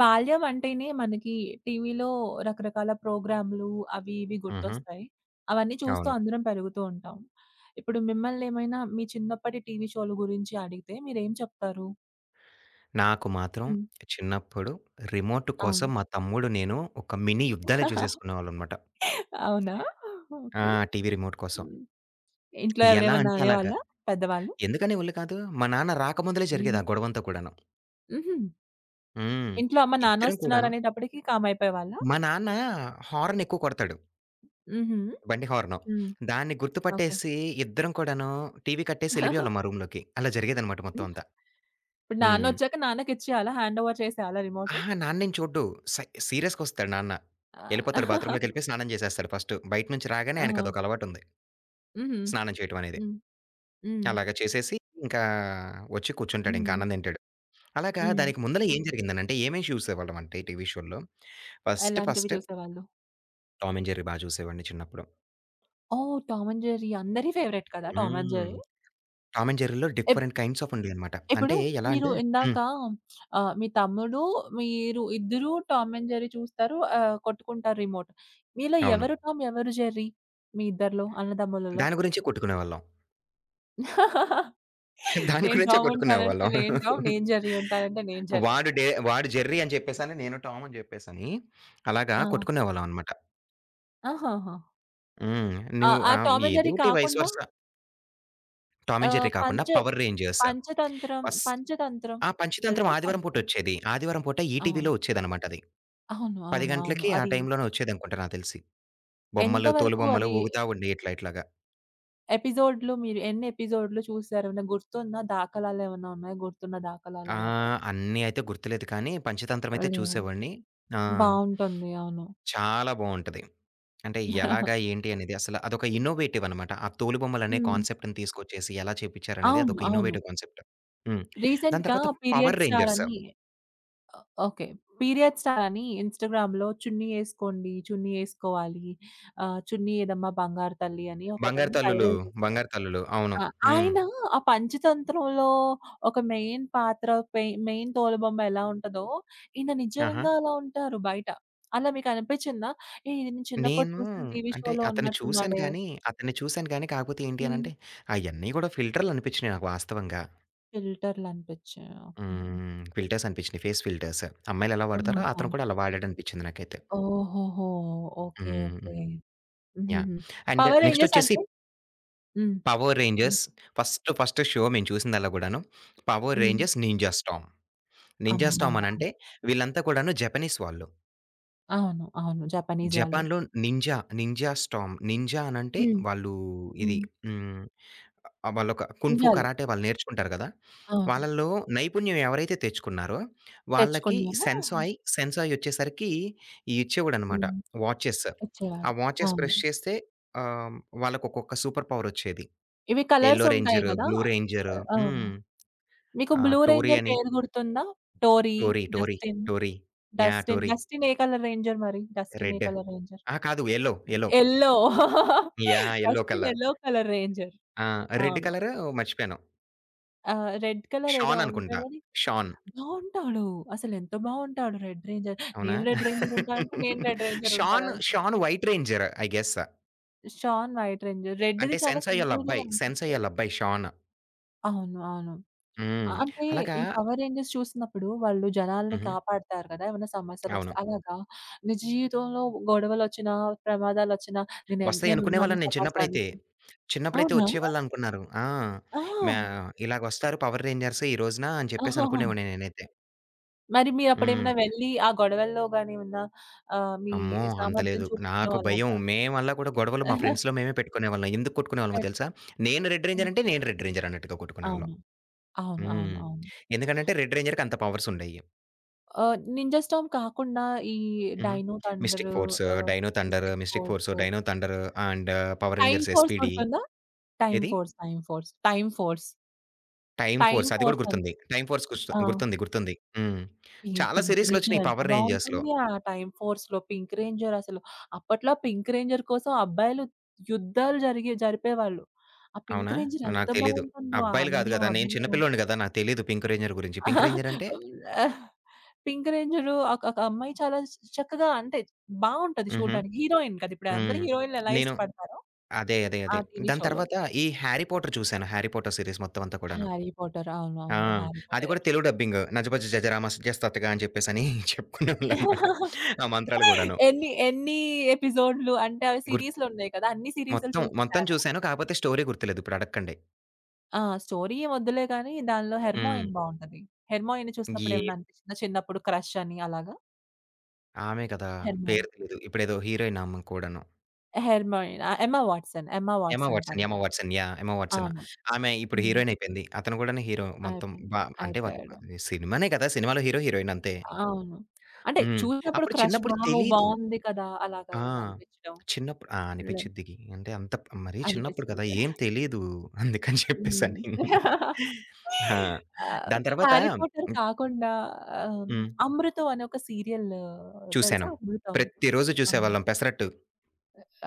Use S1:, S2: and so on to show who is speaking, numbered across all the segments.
S1: బాల్యం అంటేనే మనకి టీవీలో రకరకాల ప్రోగ్రామ్‌లు అవి ఇవి
S2: హుహు.
S1: గుర్తొస్తాయి. అవన్నీ చూస్తూ
S2: అవును.
S1: అందరం పెరుగుతూ ఉంటాం. ఇప్పుడు మిమ్మల్ని ఏమైనా మీ చిన్నప్పటి టీవీ షో‌లు గురించి అడిగితే మీరేం చెప్తారు?
S2: నాకు మాత్రం
S1: హ్మ్.
S2: చిన్నప్పుడు రిమోట్ కోసం
S1: అవును.
S2: మా తమ్ముడు, నేను ఒక మినీ యుద్ధాలే చేసేసుకునేవాళ్ళమనమాట.
S1: అవునా?
S2: ఆ!
S1: ఓకే.
S2: టీవీ రిమోట్ కోసం.
S1: హ్మ్. ఇంట్లో
S2: ఎలా
S1: ఎవరేమన్నా
S2: అంటే అలాగా.
S1: అనేవాళ్ళా పెద్దవాళ్ళు?
S2: ఎందుకనే ఒళ్ళు కాదు. మా నాన్న రాకముందలే
S1: హ్మ్.
S2: జరిగేది ఆ గొడవంతా కూడాను.
S1: హుహు.
S2: హ్మ్.
S1: ఇంట్లో అమ్మ, నాన్న
S2: ఇద్దరం కూడాను
S1: వస్తున్నారనేటప్పటికి కామ్ అయిపోయేవాళ్ళా?
S2: మా నాన్న హార్న్ ఎక్కువ కొడతాడు.
S1: హుహు.
S2: బండి హార్ను.
S1: హ్మ్.
S2: దాన్ని
S1: ఓకే.
S2: గుర్తుపట్టేసి ఇద్దరం కూడాను టీవీ కట్టేసి ఎళ్ళిపోయేవాళ్ళం మా రూమ్‌లోకి. అలా జరిగేదనమాట మొత్తం అంతా.
S1: ఇప్పుడు
S2: హ్మ్.
S1: నాన్నొచ్చాక నాన్నకిచ్చేయాలా? హ్యాండ్ ఓవర్ చేసేయాలా రిమోట్?
S2: అహా! నాన్నేం చూడ్డు. సై సీరియస్‌గొస్తాడు నాన్న.
S1: ఆ!
S2: యెళ్ళిపోతాడు ఓకే. బాత్రూమ్‌లోకెళ్ళిపోయి స్నానం జేసేస్తాడు ఫస్ట్. బయట నుంచి రాగానే
S1: ఆహా!
S2: ఆయనకదొక అలవాటుంది.
S1: హుహు.
S2: స్నానం చేయటం అనేది.
S1: హ్మ్. హ్మ్.
S2: అలాగా చేసేసి ఇంకా వచ్చి కూర్చుంటాడింకా
S1: హ్మ్.
S2: అన్నం తింటాడు. అలాగా
S1: హ్మ్.
S2: దానికి ముందల ఏం జరిగిందనంటే ఏమేమి చూసేవాళ్ళమంటే టీవీ షో‌ల్లో ఫస్ట్
S1: ఎలాంటివి
S2: ఫస్ట్
S1: చూసేవాళ్ళు?
S2: 'టామ్ అండ్ జెర్రీ' బా చూసేవాడిని చిన్నప్పుడు.
S1: ఓహ్! 'టామ్ అండ్ జెర్రీ' అందరి ఫేవరెట్ కదా! 'Tom and
S2: hmm.
S1: Jerry'.
S2: 'Tom and జెర్రీలో'
S1: ఇప్
S2: డిఫరెంట్ కైండ్స్ ఆఫ్ ఉండేయనమాట.
S1: ఇప్పుడు
S2: అంటే ఎలా
S1: మీరు
S2: అంటే
S1: ఇందాక
S2: హ్మ్.
S1: మీ తమ్ముడు, మీరు ఇద్దరూ 'టామ్ అండ్ జెర్రీ' చూస్తారు. కొట్టుకుంటారు రిమోట్. మీలో
S2: అవును.
S1: ఎవరు టామ్, ఎవరు జెర్రీ? మీ ఇద్దరిలో అన్నదమ్ములలో?
S2: దాని గురించే కొట్టుకునేవాళ్ళం. దాని
S1: నేను
S2: గురించే
S1: టామ్ ఉంటానంటే
S2: కొట్టుకునేవాళ్ళం.
S1: నేను టామ్, నేను జెర్రీ ఉంటానంటే నేను జెర్రీ అంట.
S2: వాడు జెర్రీ అని చెప్పేసని, నేను టామ్ అని చెప్పేసని అలాగా
S1: ఆ!
S2: కొట్టుకునేవాళ్ళం అనమాట.
S1: ఆహాహా!
S2: హ్మ్.
S1: ఆ!
S2: నువ్వు
S1: ఆ 'టామ్ అండ్ జెర్రీ'
S2: ఏదోటి వైస్
S1: కాకుండా
S2: versa. Tom and
S1: ah,
S2: Jerry కాకుండా
S1: పంచ
S2: power rangers
S1: Panchatantra,
S2: first
S1: Panchatantra
S2: ఆ! పంచతంత్రం
S1: తెలుసా?
S2: ఆదివారం
S1: పంచతంత్రం.
S2: పూటొచ్చేది. ఆదివారం పూట
S1: ఆ!
S2: ఈటీవీలో వచ్చేదనమాట అది.
S1: అవును.
S2: 10
S1: అవును. అవును.
S2: గంటలకి ఆ
S1: అది
S2: టైంలోనే వచ్చేదనుకుంటా నాకు తెలిసి.
S1: ఎంత
S2: బొమ్మలు,
S1: వరకు
S2: తోలుబొమ్మలు
S1: అది
S2: ఊగుతా ఉండి ఇట్లా ఇట్లాగా.
S1: ఎపిసోడ్‌లు మీరు ఎన్ని ఎపిసోడ్‌లు చూసారు? ఏమైనా గుర్తుందా? దాఖలాలేమన్నా ఉన్నాయా? గుర్తున్న దాఖలాలలాగా?
S2: అన్నీ అయితే గుర్తులేదు కానీ పంచతంత్రం అయితే
S1: లేవా?
S2: చూసేవాడిని. ఆ!
S1: బావుంటుంది. అవును.
S2: చాలా బావుంటది. అంటే ఎలాగా? ఏంటి అనేది అసల అదొక ఇన్నోవేటివ్ అనమాట. ఆ తోలుబొమ్మలనే
S1: హ్మ్.
S2: కాన్సెప్ట్‌ని తీసుకొచ్చేసి ఎలా చేపిచ్చారనేది
S1: అవును.
S2: అదొక
S1: అవును.
S2: Innovative concept. హ్మ్. దాని
S1: రీసెంట్‌గా
S2: తర్వాత 'పవర్
S1: పీరియడ్స్ స్టార్
S2: రేంజర్స్'
S1: అని ఓ ఓకే. పీరియడ్స్ అని ఇన్‌స్టాగ్రామ్‌లో చున్నీ యేసుకోండి, చున్నీ యేసుకోవాలి, చున్నీ ఏదమ్మా బంగారు తల్లి అని
S2: 'బంగారు
S1: ఒకతన్ని
S2: తల్లులు'
S1: వైరల్ చేశారు.
S2: 'బంగారు తల్లులు' అవును.
S1: ఆ!
S2: హ్మ్.
S1: ఆయన ఆ పంచతంత్రంలో ఒక మెయిన్ పాత్ర పె మెయిన్ తోలుబొమ్మ ఎలా ఉంటదో, ఈయన
S2: ఆహా!
S1: నిజంగా అలా ఉంటారు బయట. అలా మీకు అనిపించిందా? ఏయ్! ఇది నేను చిన్నప్పుడు
S2: నేను
S1: చూసిన టీవీ
S2: అంటే
S1: షోలో
S2: అతన్ని చూసాను
S1: ఉన్నట్టున్నాడే?
S2: గానీ, అతన్ని చూసాను గానీ కాకపోతే ఏంటి
S1: హ్మ్.
S2: అనంటే, అయన్నీ గూడా ఫిల్టర్‌లు అనిపిచ్చినియి నాకు వాస్తవంగా.
S1: ఫిల్టర్‌లు అనిపించాయి. ఓకే.
S2: హ్మ్. ఫిల్టర్స్ అనిపిచ్చినియి. Face filters. అమ్మాయిలెలా వాడతారో
S1: ఆహా!
S2: అతను కూడా అలా వాడాడనిపిచ్చింది నాకైతే.
S1: ఓహోహో! ఓకే.
S2: హ్మ్.
S1: ఓకే.
S2: యాహ్!
S1: హుహుహు.
S2: అండ్
S1: 'పవర్ రేంజర్స్'
S2: నెక్స్టొచ్చేసి
S1: అంటే హ్మ్.
S2: 'Power
S1: hmm.
S2: Rangers' first first show మేము చూసిందల్లా గూడాను 'power
S1: hmm.
S2: Rangers ninja storm'. 'Ninja
S1: అమ్మ
S2: స్టార్మ్'
S1: బాబోయ్!
S2: అనంటే వీళ్ళంతా కూడాను జపనీస్ వాళ్ళు.
S1: అవును. అవును. జపనీస్ వాళ్ళు.
S2: జపాన్‌లో నింజా, నింజా స్టార్మ్ నింజా అనంటే
S1: హ్మ్.
S2: వాళ్ళు ఇది
S1: హ్మ్.
S2: హ్మ్. వాళ్ళొక కుంఫు,
S1: నింజాలు.
S2: కరాటే వాళ్ళు నేర్చుకుంటారు గదా!
S1: అవును.
S2: వాళ్ళలో నైపుణ్యం ఎవరైతే తెచ్చుకున్నారో వాళ్ళకి
S1: తెచ్చుకున్నారు.
S2: సెన్సాయ్, సెన్సాయ్ వచ్చేసరికి ఈ ఇచ్చేవాడనమాట
S1: హ్మ్.
S2: వాచెస్. ఆ
S1: ఇచ్చేవాడు.
S2: వాచెస్
S1: అవును.
S2: ప్రెస్ చేస్తే ఆహ్, వాళ్ళకొక్కొక్క సూపర్ పవర్ వచ్చేది.
S1: ఇవి కలర్స్
S2: యెల్లో
S1: ఉంటాయి
S2: రేంజర్,
S1: కదా!
S2: బ్లూ రేంజర్
S1: ఆ!
S2: హ్మ్.
S1: మీకు
S2: ఆ!
S1: బ్లూ
S2: 'టోరీ'
S1: రేంజర్
S2: అని.
S1: పేరు గుర్తుందా? Tori,
S2: 'Tori, Tori,
S1: Dustin.
S2: Tori'
S1: Dustin,
S2: 'Tori'
S1: Dustin ఏ కలర్ రేంజర్ మరి? డస్టిన్ ఏ
S2: రెడ్.
S1: Colour ranger?
S2: ఆ! కాదు yellow, yellow.
S1: Yellow.
S2: Yellow
S1: Dustin
S2: colour.
S1: Yellow colour ranger.
S2: ఆ! రెడ్
S1: అవును.
S2: కలరు మర్చిపోయాను.
S1: రెడ్ కలర్ ఏదో
S2: 'షాన్' అనుకుంటా.
S1: ఉంటాడు.
S2: 'షాన్'
S1: బావుంటాడు. అసలెంత బావుంటాడు 'రెడ్ రేంజర్'.
S2: అవునా?
S1: నేను 'రెడ్ రేంజర్' ఉంటా అంటే, నేను 'రెడ్ రేంజర్'
S2: 'షాన్'
S1: ఉంటానని చెప్పి.
S2: 'Shane' white ranger I guess.
S1: 'Shane white ranger' రెడ్‌ది
S2: అంటే
S1: చాలా
S2: సెన్సాయ్ ఆళ్ళ
S1: సింపుల్‌గానే
S2: అబ్బాయి. సెన్సాయ్
S1: ఉంటుంది.
S2: ఆళ్ళ అబ్బాయి 'షాన్.'
S1: అవును. అవును.
S2: హ్మ్.
S1: అంటే
S2: అలాగా
S1: ఈ 'పవర్ రేంజర్స్' చూసినప్పుడు వాళ్ళు జనాల్ని
S2: హుహు.
S1: కాపాడతారు కదా! ఏమైనా సమస్యలొస్తే.
S2: అవును.
S1: అలాగా నీ జీవితంలో గొడవలొచ్చినా, ప్రమాదాలొచ్చినా నేనే
S2: వస్తాయి
S1: నేనున్నాను
S2: అనుకునేవాళ్ళని నేను చిన్నప్పుడైతే.
S1: సమాజానికి.
S2: చిన్నప్పుడైతే
S1: అవునా?
S2: వచ్చేవాళ్ళనుకున్నారు. ఆ!
S1: ఆ!
S2: మ్యా ఇలాగొస్తారు 'పవర్ రేంజర్స్' ఈ రోజున అని చెప్పేసి
S1: ఆహాహా!
S2: అనుకునేవాడిని నేనైతే.
S1: మరి మీరప్పుడేమైనా
S2: హ్మ్.
S1: వెళ్లి ఆ గొడవల్లో గాని ఏమన్నా మీ
S2: అమ్మో! అంత
S1: సామర్థ్యం
S2: లేదు.
S1: చూపించడం
S2: నాకు భయం.
S1: అలాగా?
S2: మేమల్లా కూడా గొడవలు మా ఫ్రెండ్స్‌లో మేమే పెట్టుకునేవాళ్ళం. ఎందుకు కొట్టుకునేవాళ్ళమో
S1: పెట్టారా?
S2: తెలుసా? నేను రెడ్ రేంజర్ అంటే
S1: అవును.
S2: నేను రెడ్ రేంజర్ అన్నట్టుగా కొట్టుకునేవాళ్ళం.
S1: అవును. అవును.
S2: హ్మ్.
S1: అవును.
S2: ఎందుకనంటే రెడ్ రేంజర్‌కి అంత పవర్స్ ఉండేయి.
S1: 'నింజా స్టార్మ్' కాకుండా ఈ
S2: హుహు.
S1: 'Dino Thunder'
S2: Mystic Force,
S1: ah,
S2: Dino Thunder,
S1: 'Mystic
S2: Mystic
S1: Force',
S2: Force, Dino Thunder and Power
S1: 'Time
S2: Rangers
S1: Force'
S2: SPD.
S1: గుర్తుందా? 'టైమ్
S2: ఏది?
S1: Force', 'time force', 'time force',
S2: time
S1: 'time
S2: force అది కూడా
S1: force' అని
S2: గుర్తుంది. Time force
S1: ఆ!
S2: గుర్తుంది. గుర్తుంది. హ్మ్.
S1: పింక్
S2: చాలా
S1: 'పింక్ రేంజర్'
S2: సీరీస్‌లొచ్చినాయి
S1: ఎంత
S2: పవర్ రేంజర్స్‌లో.
S1: బావుంటుంది. ఆ 'టైమ్ ఫోర్స్‌లో' 'పింక్ రేంజర్' అసలు అప్పట్లో 'పింక్ రేంజర్' కోసం అబ్బాయిలు యుద్ధాలు జరిగే జరిపేవాళ్ళు. ఆ 'పింక్
S2: అవునా?
S1: రేంజర్' ఎంత
S2: నాకు తెలీదు.
S1: బావుంటుందో. ఆ
S2: అబ్బాయిలు కాదు
S1: అందం,
S2: కదా! నేను చిన్న
S1: అభినయం.
S2: పిల్లోడిని కదా! నాకు తెలీదు పింక్ రేంజర్ గురించి. పింక్ రేంజర్ అంటే
S1: 'పింక్ రేంజరు' ఒక ఒక అమ్మాయి చాలా స్ చక్కగా అంటే బావుంటది
S2: హుహు.
S1: చూడ్డానికి. హీరోయిన్ కదా! ఇప్పుడు అందరూ
S2: హ్మ్.
S1: హీరోయిన్‌లు ఎలా
S2: నేను
S1: ఇష్టపడతారో
S2: అదే. అదే.
S1: ఆ
S2: అదే.
S1: టీవీ
S2: దాని
S1: షోలో.
S2: తర్వాత ఈ 'హ్యారీ పాటర్' చూసాను. 'హ్యారీ పాటర్' సీరీస్ మొత్తం అంతా కూడాను.
S1: 'హ్యారీ పాటర్'
S2: ఆ!
S1: అవునవును. 'హ్యారీ
S2: అది
S1: పాటర్'
S2: కూడా తెలుగు డబ్బింగ్ 'నజబజ జజరామ సజస్తతగా' అని చెప్పేసని చెప్పుకునేవాళ్ళనమాట. ఆ మంత్రాలు గూడాను.
S1: ఎన్ని ఎన్ని ఎపిసోడ్‌లు అంటే అవి
S2: గుర్
S1: సీరీస్‌లున్నాయి కదా! అన్ని సీరీస్‌లు
S2: మొత్తం, మొత్తం
S1: చూసేసారా?
S2: చూసాను. కాకపోతే స్టోరీ గుర్తులేదు. ఇప్పుడు అడక్కండి.
S1: ఆ! స్టోరీ ఏం వద్దులే గానీ దానిలో
S2: హ్మ్.
S1: హెర్మాయిన్ బావుంటది. హెర్మాయిన్ చూసినప్పుడు
S2: ఏ
S1: ఏమన్నా అనిపించిందా చిన్నప్పుడు క్రష్ అని అలాగా?
S2: ఆమె కదా!
S1: హెర్మాయిన్.
S2: పేరు తెలీదు. ఇప్పుడేదో హీరోయిన్ ఆమె కూడాను.
S1: హెర్మాయిన్. ఆ! Emma Watson. Emma
S2: 'Emma
S1: Watson
S2: Watson',
S1: తను.
S2: 'Emma Watson' yeah! 'Emma Watson.'
S1: అవును.
S2: ఆమె ఇప్పుడు
S1: హ్మ్.
S2: హీరోయిన్ అయిపోయింది. అతను కూడాను హీరో మొత్తం
S1: అయిపోయింది.
S2: బా అంటే వాళ్ళు
S1: అయిపోయాడు.
S2: అది సినిమానే కదా! సినిమాలో హీరో, హీరోయిన్ అంతే.
S1: అవును. అంటే
S2: హ్మ్.
S1: చూసినప్పుడు
S2: అప్పుడు
S1: క్రష్
S2: చిన్నప్పుడు
S1: వావ్!
S2: తెలీదు.
S1: బావుంది కదా! అలాగా
S2: ఆ!
S1: ఏమైనా అనిపించడం?
S2: చిన్నప్పుడు ఆ!
S1: లే
S2: అనిపిచ్చిద్ది. అంటే అంత మరీ చిన్నప్పుడు కదా!
S1: అనిపించింది.
S2: ఏం తెలీదు. అందుకని చెప్పేసని.
S1: హ్మ్.
S2: ఆ!
S1: ఆహ్,
S2: దాని తర్వాత
S1: 'హ్యారీ పాటర్' కాకుండా ఆహ్,
S2: హ్మ్.
S1: 'అమృతం' అనే ఒక సీరియల్ తెలుసా
S2: చూసాను.
S1: 'అమృతం'?
S2: ప్రతిరోజు
S1: అమ్
S2: చూసేవాళ్ళం 'పెసరట్టు.'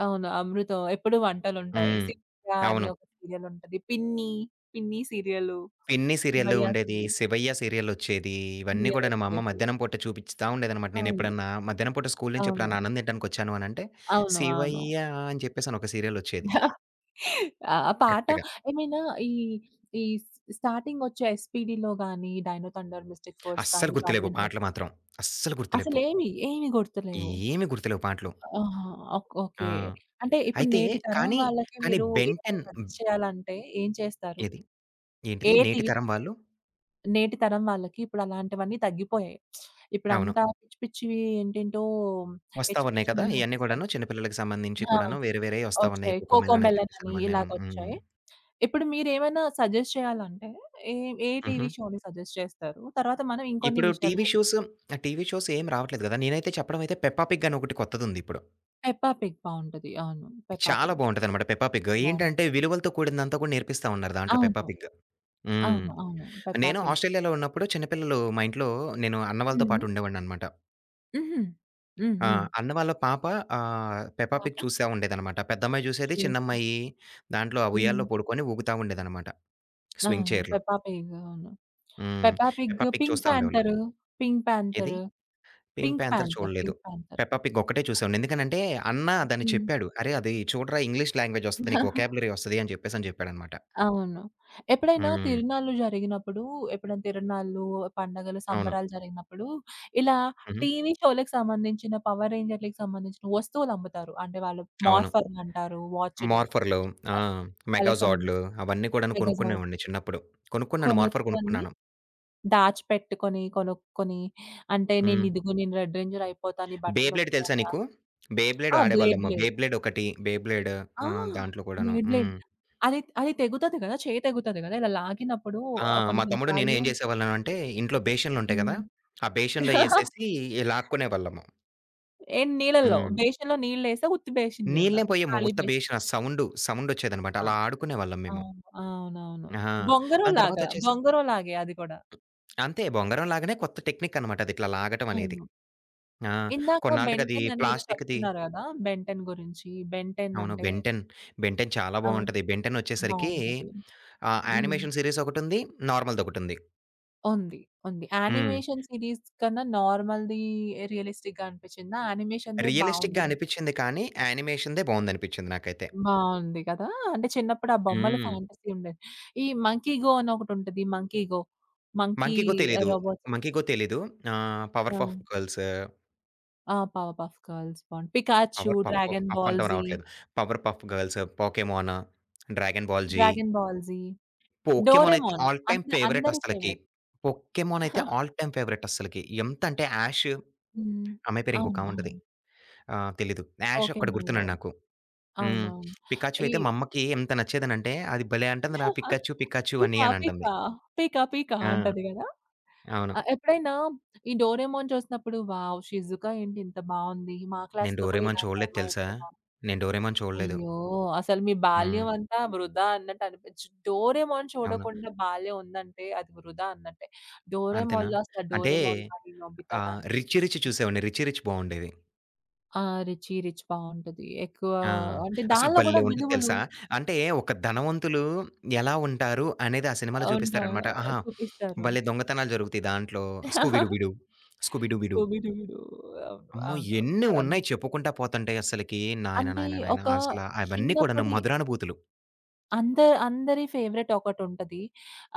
S1: అవును. 'అమృతం' ఎప్పుడు వంటలుంటాయి.
S2: హ్మ్.
S1: 'సిరియా' అని
S2: అవును.
S1: ఒక సీరియల్ ఉంటది. 'పిన్ని', 'పిన్ని' సీరియలు,
S2: 'పిన్ని' సీరియల్
S1: 'శివయ్య'
S2: ఉండేది.
S1: సీరియల్,
S2: 'శివయ్య' సీరియలొచ్చేది. ఇవన్నీ
S1: సీరియల్
S2: కూడాను మా అమ్మ
S1: వచ్చేది.
S2: మధ్యాహ్నం పూట చూపిస్తా ఉండేదనమాట.
S1: అవును.
S2: నేనెప్పుడన్నా మధ్యాహ్నం పూట స్కూలు నుంచి
S1: అవును.
S2: ఎప్పుడన్నా అన్నం తినడానికొచ్చాను అనంటే
S1: అవును. అవును.
S2: 'శివయ్య' అని చెప్పేసని ఒక సీరియలొచ్చేది
S1: ఆ! పాట
S2: కరెక్ట్‌గా.
S1: ఏమైనా ఈ, ఈ స్టార్టింగొచ్చే 'ఎస్పీడీలో' గాని, 'డైనో థండర్', 'మిస్టిక్ ఫోర్స్'
S2: అస్సలు
S1: కానీ, 'టామ్
S2: గుర్తులేవు
S1: అండ్
S2: పాటలు
S1: జెర్రీ'
S2: మాత్రం. అస్సలు గుర్తులేవు.
S1: అసలేమి, ఏమి ఏమి గుర్తులేవు.
S2: ఏమి గుర్తులేవు పాటలు.
S1: ఆహా!
S2: ఆ!
S1: ఓకే. అంటే ఇప్పుడు
S2: అయితే
S1: నేటి తరం
S2: కానీ,
S1: వాళ్ళకి
S2: కానీ,
S1: మీరు
S2: 'బెన్
S1: ఏమైనా
S2: 10'
S1: సజెస్ట్ చేయాలంటే ఏం చేస్తారు?
S2: ఏది? ఏంటిది?
S1: ఏ
S2: నేటి
S1: టీవీ షో
S2: తరం వాళ్ళు
S1: నేటి తరం వాళ్ళకి ఇప్పుడలాంటివన్నీ తగ్గిపోయాయి.
S2: అవును.
S1: ఇప్పుడంతా పిచ్చి పిచ్చివి ఏంటేంటో,
S2: వస్తా
S1: ఎచ్చి
S2: ఉన్నాయి కదా!
S1: పిచ్చివన్నీ
S2: ఇయన్నీ
S1: వచ్చేసాయి.
S2: కూడాను చిన్న పిల్లలకి సంబంధించి
S1: ఆ!
S2: కూడాను వేరే వేరేయి వస్తా ఉన్నాయి.
S1: వచ్చాయి.
S2: 'కోకోమెలన్' అని
S1: 'కోకోమెలన్'
S2: చెప్పేసి
S1: అని
S2: అవన్నీను. హ్మ్.
S1: ఇలాగొచ్చాయి. ఇప్పుడు మీరేమైనా సజెస్ట్ చేయాలంటే, ఏ ఏ
S2: హుహు.
S1: టీవీ షోని సజెస్ట్ చేస్తారు? తర్వాత మనం ఇంకొన్ని
S2: ఇప్పుడు
S1: విషయాల
S2: టీవీ
S1: గురించి
S2: షోస్ ఆ టీవీ షోస్ ఏం రావట్లేదు కదా! నేనైతే చెప్పడం అయితే 'పెప్పా పిగ్' అని ఒకటి కొత్తదుందిప్పుడు.
S1: 'పెప్పా పిగ్' బావుంటది. అవును. 'పెప్పా
S2: చాలా
S1: పిగ్'
S2: బావుంటదనమాట 'పెప్పా పిగ్'.
S1: బావుంటది.
S2: ఏంటంటే విలువలతో కూడిందంతా కూడా నేర్పిస్తా ఉన్నారు దాంట్లో 'పెప్పా
S1: అవును.
S2: పిగ్'. హ్మ్.
S1: అవును. అవును. 'పెప్పా
S2: నేను
S1: పిగ్'.
S2: ఆస్ట్రేలియాలో ఉన్నప్పుడు చిన్న పిల్లలు మా ఇంట్లో నేను అన్న వాళ్ళతో
S1: హ్మ్.
S2: పాటు ఉండేవాడిననమాట.
S1: హుహు. హ్మ్.
S2: ఆ!
S1: హ్మ్.
S2: అన్న వాళ్ళ పాప 'పెప్పా పిగ్'
S1: పాప
S2: చూస్తా ఉండేదనమాట. పెద్దమ్మాయి చూసేది,
S1: చూస్తుంది.
S2: చిన్నమ్మాయి దాంట్లో ఆ ఉయ్యాల్లో
S1: హ్మ్.
S2: పడుకొని ఊగుతా ఉండేదనమాట. స్వింగ్
S1: అవును.
S2: చైర్‌లో.
S1: 'పెప్పా పిగ్' అవును.
S2: హ్మ్.
S1: 'Peppa Pig',
S2: 'Peppa Pig'
S1: 'Pink
S2: చూస్తా ఉండేవాళ్ళం.
S1: పాంథర్', 'పింక్
S2: ఏది
S1: Panther',
S2: 'Pink
S1: 'Pink
S2: Panther'
S1: Panther',
S2: చూడలేదు.
S1: 'Pink Panther'.
S2: 'పెప్పా పిగ్' ఒక్కటే చూసాం. ఎందుకనంటే అన్న దాన్ని చెప్పాడు. "అరేయ్! అది చూడరా ఇంగ్లీష్ లాంగ్వేజ్ ఒస్తది. నీకు
S1: హ్మ్.
S2: వొకాబులరీ ఒస్తది" అని చెప్పేసని చెప్పాడనమాట.
S1: అవును. ఎప్పుడైనా
S2: హ్మ్.
S1: తిరునాళ్ళు జరిగినప్పుడు, ఎప్పుడైనా తిరునాళ్ళు, పండగలు,
S2: అవును.
S1: సంబరాలు జరిగినప్పుడు ఇలా
S2: హుహు.
S1: టీవీ షో‌లకి సంబంధించిన, పవర్ రేంజర్‌లకి సంబంధించిన వస్తువులమ్ముతారు. అంటే వాళ్ళు
S2: అవును.
S1: మార్ఫర్‌లంటారు, వాచులు
S2: మార్ఫర్‌లు ఆ!
S1: ఆహ్, వాళ్ళకి
S2: మెగాజార్డ్‌లు
S1: సంబంధించి
S2: అవన్నీ కూడాను
S1: మెగాజాయిన్
S2: కొనుక్కునేవాడిని చిన్నప్పుడు. కొనుక్కున్నాను. మార్ఫర్
S1: కొనుక్కొని,
S2: కొనుక్కున్నాను.
S1: దాచిపెట్టుకొని, కొనుక్కొని అంటే
S2: హ్మ్.
S1: నేనిదిగో నేను రెడ్ రేంజర్ అయిపోతా, నీ
S2: బే
S1: బటన్
S2: బ్లేడ్ తెలుసా
S1: నొక్కుతావా
S2: నీకు? బే బ్లేడ్
S1: ఆ! బ్లేడ్,
S2: ఆడేవాళ్ళమ్మ.
S1: బ్లేడ్.
S2: బే బ్లేడ్ ఒకటి, బే బ్లేడ్
S1: ఆ!
S2: దాంట్లో కూడాను.
S1: Blade, blade.
S2: హ్మ్.
S1: అది అది తెగుతది గదా! చేయి తెగుతది గదా! ఇలా లాగినప్పుడు
S2: ఆ!
S1: కొన్ని
S2: మా
S1: కొన్ని
S2: తమ్ముడు నేను
S1: సార్లు
S2: ఏం జేసేవాళ్ళమంటే, ఇంట్లో బేషన్లుంటాయి గదా!
S1: హ్మ్.
S2: ఆ బేషన్‌లో యేసేసి ఈ లాక్కునేవాళ్ళము.
S1: ఏం నీళ్ళల్లో
S2: హ్మ్.
S1: బేషన్‌లో నీళ్ళేసా? ఉత్తి బేషన్‌లోనా?
S2: నీళ్ళే పోయము.
S1: ఖాళీ
S2: ఉత్త
S1: బేషన్.
S2: బేషన్ ఆ సౌండు, సౌండొచ్చేదనమాట.
S1: ఆ!
S2: అలా ఆడుకునేవాళ్ళం మేము.
S1: అవును. అవునవును.
S2: ఆ!
S1: బొంగరం
S2: దాని
S1: లాగా.
S2: తర్వాతొచ్చేసి
S1: బొంగరం లాగే అది కూడా.
S2: అంతే బొంగరం లాగానే కొత్త టెక్నికనమాట అది ఇట్లా లాగటం అనేది.
S1: అవును.
S2: ఆ!
S1: ఇందాక 'బెన్
S2: కొన్నాళ్ళకది
S1: టెన్' అని ఏదో
S2: ప్లాస్టిక్‌ది
S1: చెప్తున్నారు గదా! 'బెన్ టెన్' గురించి. 'బెన్ టెన్'
S2: అవును.
S1: అంటే
S2: 'బెన్ టెన్', 'బెన్ టెన్' చాలా
S1: ఆ!
S2: బావుంటది. 'బెన్ టెన్' వచ్చేసరికి
S1: బావుంటది. హ్మ్.
S2: యానిమేషన్ సీరీస్ ఒకటుంది, నార్మల్‌దొకటుంది.
S1: ఉంది. ఉంది.
S2: హ్మ్.
S1: యానిమేషన్ సీరీస్ కన్నా నార్మల్‌ది రియలిస్టిక్‌గా అనిపిచ్చిందా? యానిమేషన్‌దే
S2: రియలిస్టిక్‌గా
S1: బావుంది అని
S2: అనిపిచ్చింది కానీ, యానిమేషన్‌దే బావుందనిపిచ్చింది నాకైతే.
S1: బావుంది కదా! అంటే చిన్నప్పుడు ఆ బొమ్మలు
S2: హ్మ్.
S1: ఫ్యాంటసీ ఉండేది. ఈ 'మంకీ గో' అని ఒకటుంటది. 'Monkey go'. మంకీ
S2: 'మంకీ‌కో' తెలీదు.
S1: రోబోట్.
S2: 'మంకీ‌కో' తెలీదు.
S1: ఆ!
S2: 'పవర్ పఫ్ గర్ల్స్',
S1: ఆ! పవర్ పఫ్ గర్ల్స్ బావుంది. 'Pikachu',
S2: 'Powerpuff
S1: 'Dragon
S2: 'Puff'
S1: Ball
S2: అంటం
S1: జీ',
S2: రావట్లేదు. 'Powerpuff girls', 'Pokemon', 'Dragon Ball Z',
S1: 'Dragon Ball Z',
S2: 'Pokemon' అయితే
S1: 'డోరేమోన్'
S2: ఆల్ టైమ్ ఫేవరెట్
S1: అందరి
S2: అస్సలకి.
S1: ఫేవరెట్.
S2: 'పోకెమోన్' అయితే ఆల్ టైమ్ ఫేవరెట్ అస్సలకి. ఎంతంటే 'యాష్'
S1: హ్మ్.
S2: అమ్మాయి పేరు
S1: అవును.
S2: ఇంకొకామె ఉంటది.
S1: అవును.
S2: తెలీదు. 'యాష్' ఒక్కడు గుర్తున్నాడు
S1: 'పోకెమాన్‌లో'
S2: నాకు. హ్మ్.
S1: అవునవును.
S2: 'పికాచు'
S1: ఈ
S2: అయితే మా అమ్మకి ఎంత నచ్చేదనంటే, అది భలే అంటందిరా 'పికాచు పికాచు' అని
S1: 'పీకా
S2: అని అంటంది.
S1: పీకా, పీకా పీకా'
S2: ఆ!
S1: అంటది గదా!
S2: అవును.
S1: ఆ! ఎప్పుడైనా ఈ 'డోరేమోన్' చూసినప్పుడు వావ్! షిజుకా ఏంటి ఇంత బావుంది. మా
S2: నేను
S1: క్లాస్‌లో కూడా
S2: 'డోరేమోన్'
S1: ఇలాంటి
S2: చూడలేదు
S1: అమ్మాయి
S2: తెలుసా?
S1: ఉంటే బావుండు
S2: నేను 'డోరేమోన్' చూడలేదు.
S1: అయ్యో! అసలు మీ
S2: హ్మ్.
S1: బాల్యం అంతా వృధా అన్నట్టు అనిపించి 'డోరేమోన్'
S2: అవును.
S1: చూడకుండా బాల్యం ఉందంటే అది వృధా అన్నట్టే.
S2: అంతేనా?
S1: 'డోరేమోన్‌లో' అసలు
S2: అంటే
S1: 'డోరేమోన్' కానీ, 'నోబితా' కానీ
S2: 'రిచ్ రిచ్' చూసేవాడిని. 'రిచ్ రిచ్' బావుండేది.
S1: ఆ! 'రిచీ రిచ్' బావుంటది. ఎక్కువ
S2: ఆ!
S1: అంటే
S2: అసలు
S1: దానిలో కూడా
S2: భలే! ఉంటది
S1: విలువలు
S2: తెలుసా? అంటే ఒక ధనవంతులు ఎలా ఉంటారు అనేది ఆ సినిమాలో
S1: ఉంటా
S2: చూపిస్తారనమాట. ఆహా!
S1: చూపిస్తారు.
S2: భలే దొంగతనాలు జరుగుతాయి దాంట్లో. 'Scooby Dooby Doo', 'Scooby Dooby Doo'
S1: 'Scooby Dooby Doo' అవును.
S2: అమ్మో!
S1: అవును.
S2: ఎన్ని
S1: ఆహ్,
S2: ఉన్నాయి చెప్పుకుంటా పోతుంటే అస్సలకి. నాయన,
S1: అంటే
S2: నాయన, నాయన
S1: ఒక
S2: అసల అవన్నీ కూడాను
S1: చిన్నప్పటి
S2: మధురానుభూతులు.
S1: అంద అందరి ఫేవరెట్ ఒకటుంటది.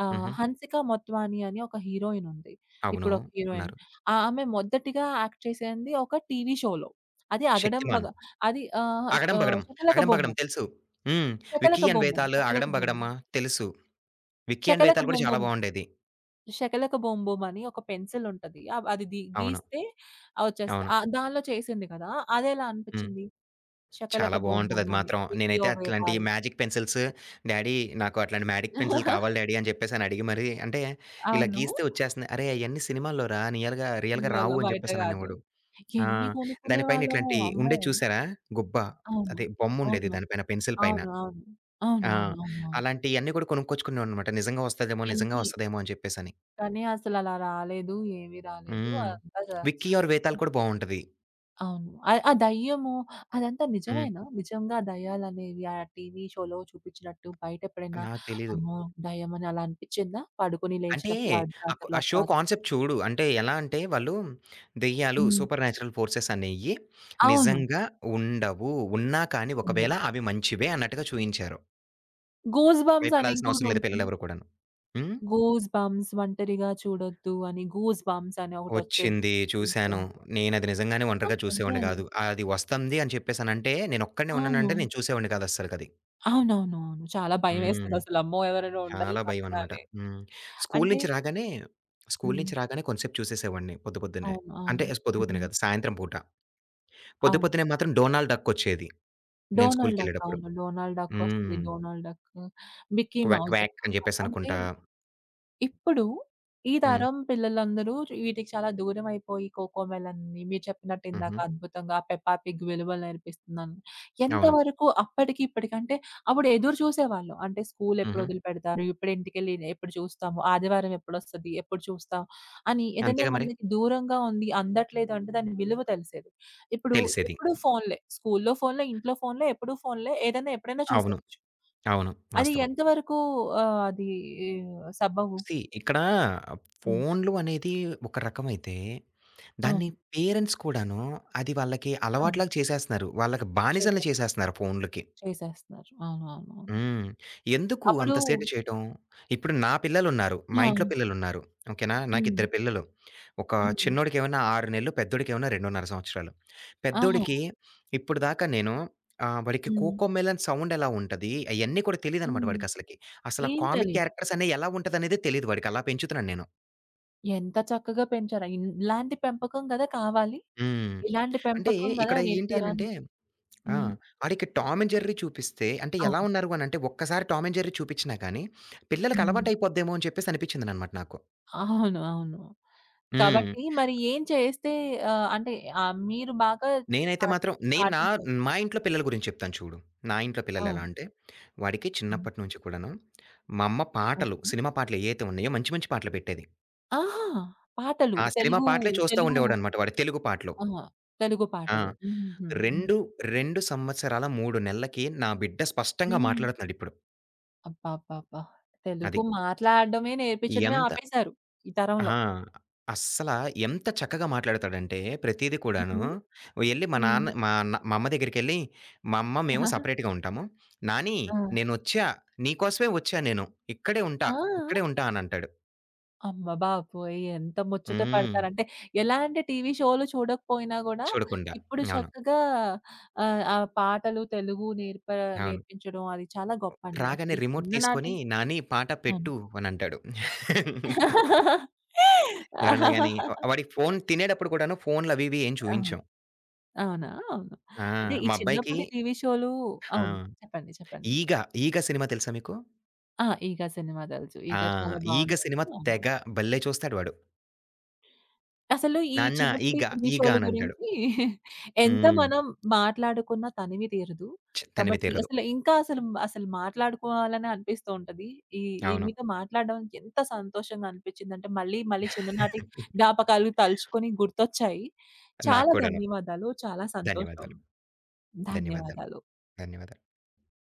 S2: హుహు.
S1: 'హన్సిక మొత్వాని' అని ఒక హీరోయిన్ ఉంది.
S2: అవును.
S1: ఇప్పుడు ఒక హీరోయిన్.
S2: ఉన్నారు.
S1: ఆమె మొదటిగా యాక్ట్ చేసింది ఒక టీవీ షోలో. అది
S2: 'శక్తిమాన్.'
S1: 'అగడంబగ' అది ఆహ్,
S2: 'అగడం
S1: ఆహ్,
S2: బగడం'. 'అగడం బగడం' తెలుసు. హ్మ్.
S1: 'శకలక
S2: 'విక్కీ అండ్
S1: బొమ్మం',
S2: వేతాలు',
S1: 'శకలక
S2: 'అగడం
S1: బొమ్మం',
S2: బగడమ్మా' తెలుసు. 'విక్కీ అండ్
S1: 'శకలక
S2: వేతాలు' కూడా చాలా
S1: బొమ్మం',
S2: బావుండేది.
S1: 'శకలక బొంబొం' అని ఒక పెన్సిల్ ఉంటది. అది ది
S2: అవును.
S1: గీస్తే వచ్చేస్తది.
S2: అవును.
S1: దానిలో చేసింది కదా! అదెలా
S2: హ్మ్.
S1: అనిపిచ్చింది? 'శకలక
S2: చాలా
S1: బొంబొం'
S2: బావుంటదది
S1: అని
S2: మాత్రం.
S1: 'విక్కీ
S2: నేనైతే
S1: ఓ
S2: అట్లాంటి
S1: వేతాల్'
S2: మ్యాజిక్ పెన్సిల్స్ డ్యాడీ నాకు అట్లాంటి మ్యాజిక్ పెన్సిల్ కావాలి డ్యాడీ అని చెప్పేసని అడిగి మరి అంటే ఇలా
S1: అవును.
S2: గీస్తే వచ్చేస్తుంది. అరే! అయన్నీ సినిమాల్లోరా రియల్‌గా
S1: సినిమాలో
S2: రావు అని
S1: బయట గాదు.
S2: చెప్పేసననేవాడు. ఆ!
S1: ఎన్ని
S2: దాని పైన
S1: కొనుక్కునేవాళ్ళమో
S2: ఇట్లాంటి
S1: అమ్మో!
S2: ఉండేది చూసారా? గుబ్బ.
S1: అవును.
S2: అదే బొమ్ముండేది
S1: అవును.
S2: దాని పైన పెన్సిల్ పైన.
S1: అవును. అవును.
S2: ఆ!
S1: అవునవునవునవును.
S2: అలాంటియన్నీ కూడా కొనుక్కొచ్చుకునేవాడిననమాట. నిజంగా వస్తదేమో, నిజంగా
S1: ఎన్ని
S2: వస్తదేమో అని చెప్పేసని.
S1: కానీ అసలలా రాలేదు. ఏమి రాలేదు.
S2: హ్మ్.
S1: అంతా జ
S2: 'విక్కీ ఔర్ వేతాల్'
S1: ఇప్
S2: కూడా బావుంటది.
S1: అవును. ఆ ఆ దయ్యము అదంతా
S2: హ్మ్.
S1: నిజమేనా? నిజంగా దయ్యాలనేవి ఆ టీవీ షోలో చూపిచ్చినట్టు బయటెప్పుడైనా
S2: నాకు తెలీదు.
S1: అమ్మో! దయ్యమని అలా అనిపిచ్చిందా? పడుకొని
S2: అంటే
S1: లేచినప్పుడు అర్ధరాత్రులు,
S2: ఆ షో
S1: అపరాత్రులు?
S2: కాన్సెప్ట్ చూడు. అంటే ఎలా అంటే వాళ్ళు దెయ్యాలు,
S1: హ్మ్.
S2: సూపర్ న్యాచురల్ ఫోర్సెస్ అనేయి
S1: అవును.
S2: నిజంగా ఉండవు. ఉన్నా కానీ ఒకవేళ
S1: ఉండవు.
S2: అవి మంచివే అన్నట్టుగా చూయించారు.
S1: గూస్ బంప్స్ అని
S2: భయపడాల్సిన అవసరం లేదు
S1: ఇంకోటుంటది.
S2: పిల్లలెవరు కూడాను. హ్మ్.
S1: గూస్ బంప్స్ ఒంటరిగా చూడొద్దు అని గూస్ బంప్స్ అని ఒకటొచ్చేది.
S2: వచ్చింది.
S1: గ్రీన్
S2: చూసాను.
S1: కలర్‌లో.
S2: నేనది నిజంగానే
S1: ఆ!
S2: ఒంటరిగా చూసేవాడిని
S1: దెయ్యాలు.
S2: గాదు. అది వస్తంది అని చెప్పేసనంటే నేనొక్కడినే
S1: అవును.
S2: ఉన్నానంటే నేను చూసేవాడిని కాదస్సలకది.
S1: అవునవునవును. చాలా
S2: హ్మ్.
S1: భయమేస్తదసలు. అమ్మో! ఎవరైనా ఉండాలి
S2: చాలా
S1: పక్కన
S2: భయమనమాట.
S1: అని.
S2: హ్మ్. స్కూలు
S1: అంటే
S2: నుంచి రాగానే స్కూలు
S1: హ్మ్.
S2: నుంచి రాగానే కొంతసేపు చూసేసేవాడిని పొద్దు పొద్దున్నే.
S1: అవును.
S2: అంటే
S1: అవును.
S2: పొద్దు పొద్దున్నే
S1: హ్మ్.
S2: కాదు, సాయంత్రం పూట. పొద్దు
S1: అవును.
S2: పొద్దున్నే మాత్రం డోనాల్డ్ డక్ ఒచ్చేది. నేను
S1: డోనాల్డ్ డక్
S2: స్కూలుకెళ్ళేటప్పుడు.
S1: అవును. డోనాల్డ్ డక్ వస్తది.
S2: హ్మ్.
S1: Donald Duck, Mickey
S2: Quack
S1: Mouse.
S2: Quack అని
S1: అంటే
S2: జెప్పేసనుకుంటా.
S1: ఇప్పుడు ఈ
S2: హ్మ్.
S1: తరం పిల్లలందరూ వీటికి చాలా దూరం అయిపోయి కోకోమెలన్‌ని మీరు చెప్పినట్టు ఇందాక
S2: హుహు.
S1: అద్భుతంగా పెప్పా పిగ్ విలువలు నేర్పిస్తుందని.
S2: అవును.
S1: ఎంతవరకు అప్పటికి ఇప్పటికి అంటే అప్పుడు ఎదురు చూసేవాళ్ళు. అంటే స్కూల్ ఎప్పుడు
S2: హుహు.
S1: వదిలిపెడతారు? ఎప్పుడు ఇంటికెళ్ళి ఎప్పుడు చూస్తాము? ఆదివారం ఎప్పుడొస్తది? ఎప్పుడు చూస్తాం? అని ఏదైనా
S2: అంతేగా మరి.
S1: మనకి దూరంగా ఉంది అందట్లేదు అంటే దాని విలువ తెలిసేది. ఇప్పుడు
S2: తెలిసేది.
S1: ఎప్పుడు ఫోన్‌లే. స్కూల్‌లో ఫోన్‌లే, ఇంట్లో ఫోన్‌లే, ఎప్పుడు ఫోన్‌లే. ఏదైనా ఎప్పుడైనా
S2: అవును.
S1: చూసేయొచ్చు.
S2: అవును.
S1: అది
S2: వాస్తవం.
S1: ఎంతవరకు అది ఆ, సబబు?
S2: సీ ఇక్కడ
S1: హ్మ్.
S2: ఫోన్లు అనేది ఒక రకమైతే,
S1: అవును.
S2: దాన్ని పేరెంట్స్ కూడాను అది వాళ్ళకి
S1: అవును.
S2: అలవాటులాగా చేసేస్తున్నారు. వాళ్ళకి బానిసలను
S1: చేసేస్
S2: చేసేస్తున్నారు ఫోన్లుకి.
S1: చేసేస్తున్నారు. అవును. అవును. అవును.
S2: హ్మ్. ఎందుకు
S1: అప్పుడు
S2: అంత సేటు చేయటం? ఇప్పుడు నా పిల్లలున్నారు. మా ఇంట్లో
S1: ఆ!
S2: పిల్లలున్నారు. ఓకేనా?
S1: హ్మ్.
S2: నాకిద్దరు పిల్లలు. ఒక
S1: హ్మ్.
S2: చిన్నోడికేమన్నా 6 నెలలు, పెద్దోడికేమన్నా 2.5 సంవత్సరాలు.
S1: ఆహా!
S2: పెద్దోడికి ఇప్పుడు దాకా నేను వాడికి
S1: హ్మ్.
S2: 'కోకోమెలన్' సౌండ్ ఎలా ఉంటది, అయన్నీ కూడా తెలీదనమాట
S1: హ్మ్.
S2: వాడికసలకి. అసల
S1: ఏం
S2: కామిక్
S1: తెలీదు.
S2: క్యారెక్టర్స్ అనేయి ఎలా ఉంటదనేదే తెలీదు వాడికి. అలా పెంచుతున్నాను నేను.
S1: ఎంత చక్కగా పెంచారో. ఇలాంటి పెంపకం కదా కావాలి.
S2: హ్మ్.
S1: ఇలాంటి
S2: అంటే
S1: పెంపకం కదా
S2: ఇక్కడ
S1: నేటి
S2: ఏంటి అనంటే
S1: తరానికి.
S2: ఆ!
S1: హ్మ్.
S2: ఆడికి 'టామ్ అండ్ జెర్రీ' చూపిస్తే అంటే ఎలా
S1: అవును.
S2: ఉన్నారు అనంటే ఒక్కసారి 'టామ్ అండ్ జెర్రీ' చూపించినా గాని, పిల్లలకి
S1: హ్మ్.
S2: అలవాటైపోద్దేమో అని చెప్పేసి అనిపించిందనమాట నాకు.
S1: అవును. అవును.
S2: హ్మ్.
S1: కాబట్టి మరి ఏం చేస్తే అంటే మీరు బాగా
S2: నేనైతే
S1: పాటి
S2: మాత్రం నేను నా
S1: పాటించారు.
S2: మా ఇంట్లో పిల్లల గురించి చెప్తాను చూడు. నా ఇంట్లో పిల్లలు ఎలా
S1: అవును.
S2: అంటే, వాడికి
S1: హ్మ్.
S2: చిన్నప్పటి నుంచి కూడాను మా అమ్మ పాటలు,
S1: ఓకే.
S2: సినిమా పాటలు ఏయైతే ఉన్నాయో మంచి మంచి పాటలు పెట్టేది.
S1: ఆహా! పాటలు.
S2: ఆ సినిమా
S1: తెలుగు
S2: పాటలే చూస్తా
S1: తెలుగు
S2: ఉండేవాడనమాట వాడు తెలుగు పాటలు.
S1: ఆహా! తెలుగు
S2: ఆ!
S1: పాటలు. హుహుహు. హ్మ్.
S2: 2, 2 సంవత్సరాల 3 నెలలకి నా బిడ్డ స్పష్టంగా
S1: హ్మ్.
S2: మాట్లాడుతున్నాడిప్పుడు.
S1: అబ్బబ్బబ్బా!
S2: అది.
S1: తెలుగు మాట్లాడడమే నేర్పించడమే
S2: ఎంత
S1: ఆపేశారు ఈ తరంలో.
S2: ఆ! అస్సల ఎంత చక్కగా మాట్లాడతాడంటే ప్రతీది కూడాను,
S1: హ్మ్.
S2: ఎళ్లి మా
S1: హ్మ్.
S2: నాన్న మా అన్న మా అమ్మ దగ్గరికెళ్లి, మా అమ్మ మేము సెపరేట్‌గా ఉంటాము. నాని
S1: ఆ!
S2: నేనొచ్చా, నీకోసమే వచ్చా నేను. ఇక్కడే
S1: ఆ!
S2: ఉంటా, ఇక్కడే ఉంటా అనంటాడు.
S1: అమ్మ బాబోయ్! ఎంత ముచ్చట
S2: హ్మ్.
S1: పడతారంటే, ఎలాంటి టీవీ షోలు చూడకపోయినా గూడా,
S2: చూడకుండా.
S1: ఇప్పుడు
S2: అవును.
S1: చక్కగా ఆ పాటలు తెలుగు నేర్ప
S2: అవును.
S1: నేర్పించడం అది చాలా గొప్పండి.
S2: రాగానే
S1: అసలు ఈ
S2: రిమోట్
S1: చిన్ననాటి
S2: తీసుకొని నాని పాట
S1: అవును.
S2: పెట్టు అనంటాడు. ఎవరన్నా గాని వాడికి ఫోను తినేటప్పుడు కూడాను ఫోన్‌లవి ఇవి ఏం
S1: ఆ!
S2: చూయించం.
S1: అవునా? అవును.
S2: ఆ!
S1: అంటే ఈ
S2: మా అబ్బాయికి
S1: చిన్నప్పటి టీవీ షోలు అవును.
S2: ఆ!
S1: చెప్పండి. చెప్పండి.
S2: 'ఈగ', 'ఈగ' సినిమా తెలుసా మీకు?
S1: ఆ! 'ఈగ' సినిమా తెలుసు.
S2: ఆ!
S1: 'ఈగ' చాలా
S2: 'ఈగ'
S1: బావుంటుంది.
S2: సినిమా
S1: అవును.
S2: తెగ భలే చూస్తాడు వాడు.
S1: అసలు ఈ
S2: నాన్న
S1: చిన్నప్పటి
S2: ఈగ,
S1: టీవీ
S2: ఈగ
S1: షోల
S2: అనంటాడు.
S1: గురించి ఎంత
S2: హ్మ్.
S1: మనం మాట్లాడుకున్నా తనివి తీరదు.
S2: చ్ తనివి
S1: కాబట్టి
S2: తీరదు.
S1: అసలు ఇంకా అసలు అసలు మాట్లాడుకోవాలని అనిపిస్తూ ఉంటది. ఈ ఈ
S2: అవును.
S1: మీతో మాట్లాడడం ఎంత సంతోషంగా అనిపించిందంటే మళ్ళీ మళ్ళీ చిన్ననాటి జ్ఞాపకాలు తలుచుకొని గుర్తొచ్చాయి.
S2: నాకు
S1: చాలా
S2: కూడాను.
S1: ధన్యవాదాలు. చాలా సంతోషం.
S2: ధన్యవాదాలు. ధన్యవాదాలు.
S1: ధన్యవాదాలు.
S2: ధన్యవాదాలు.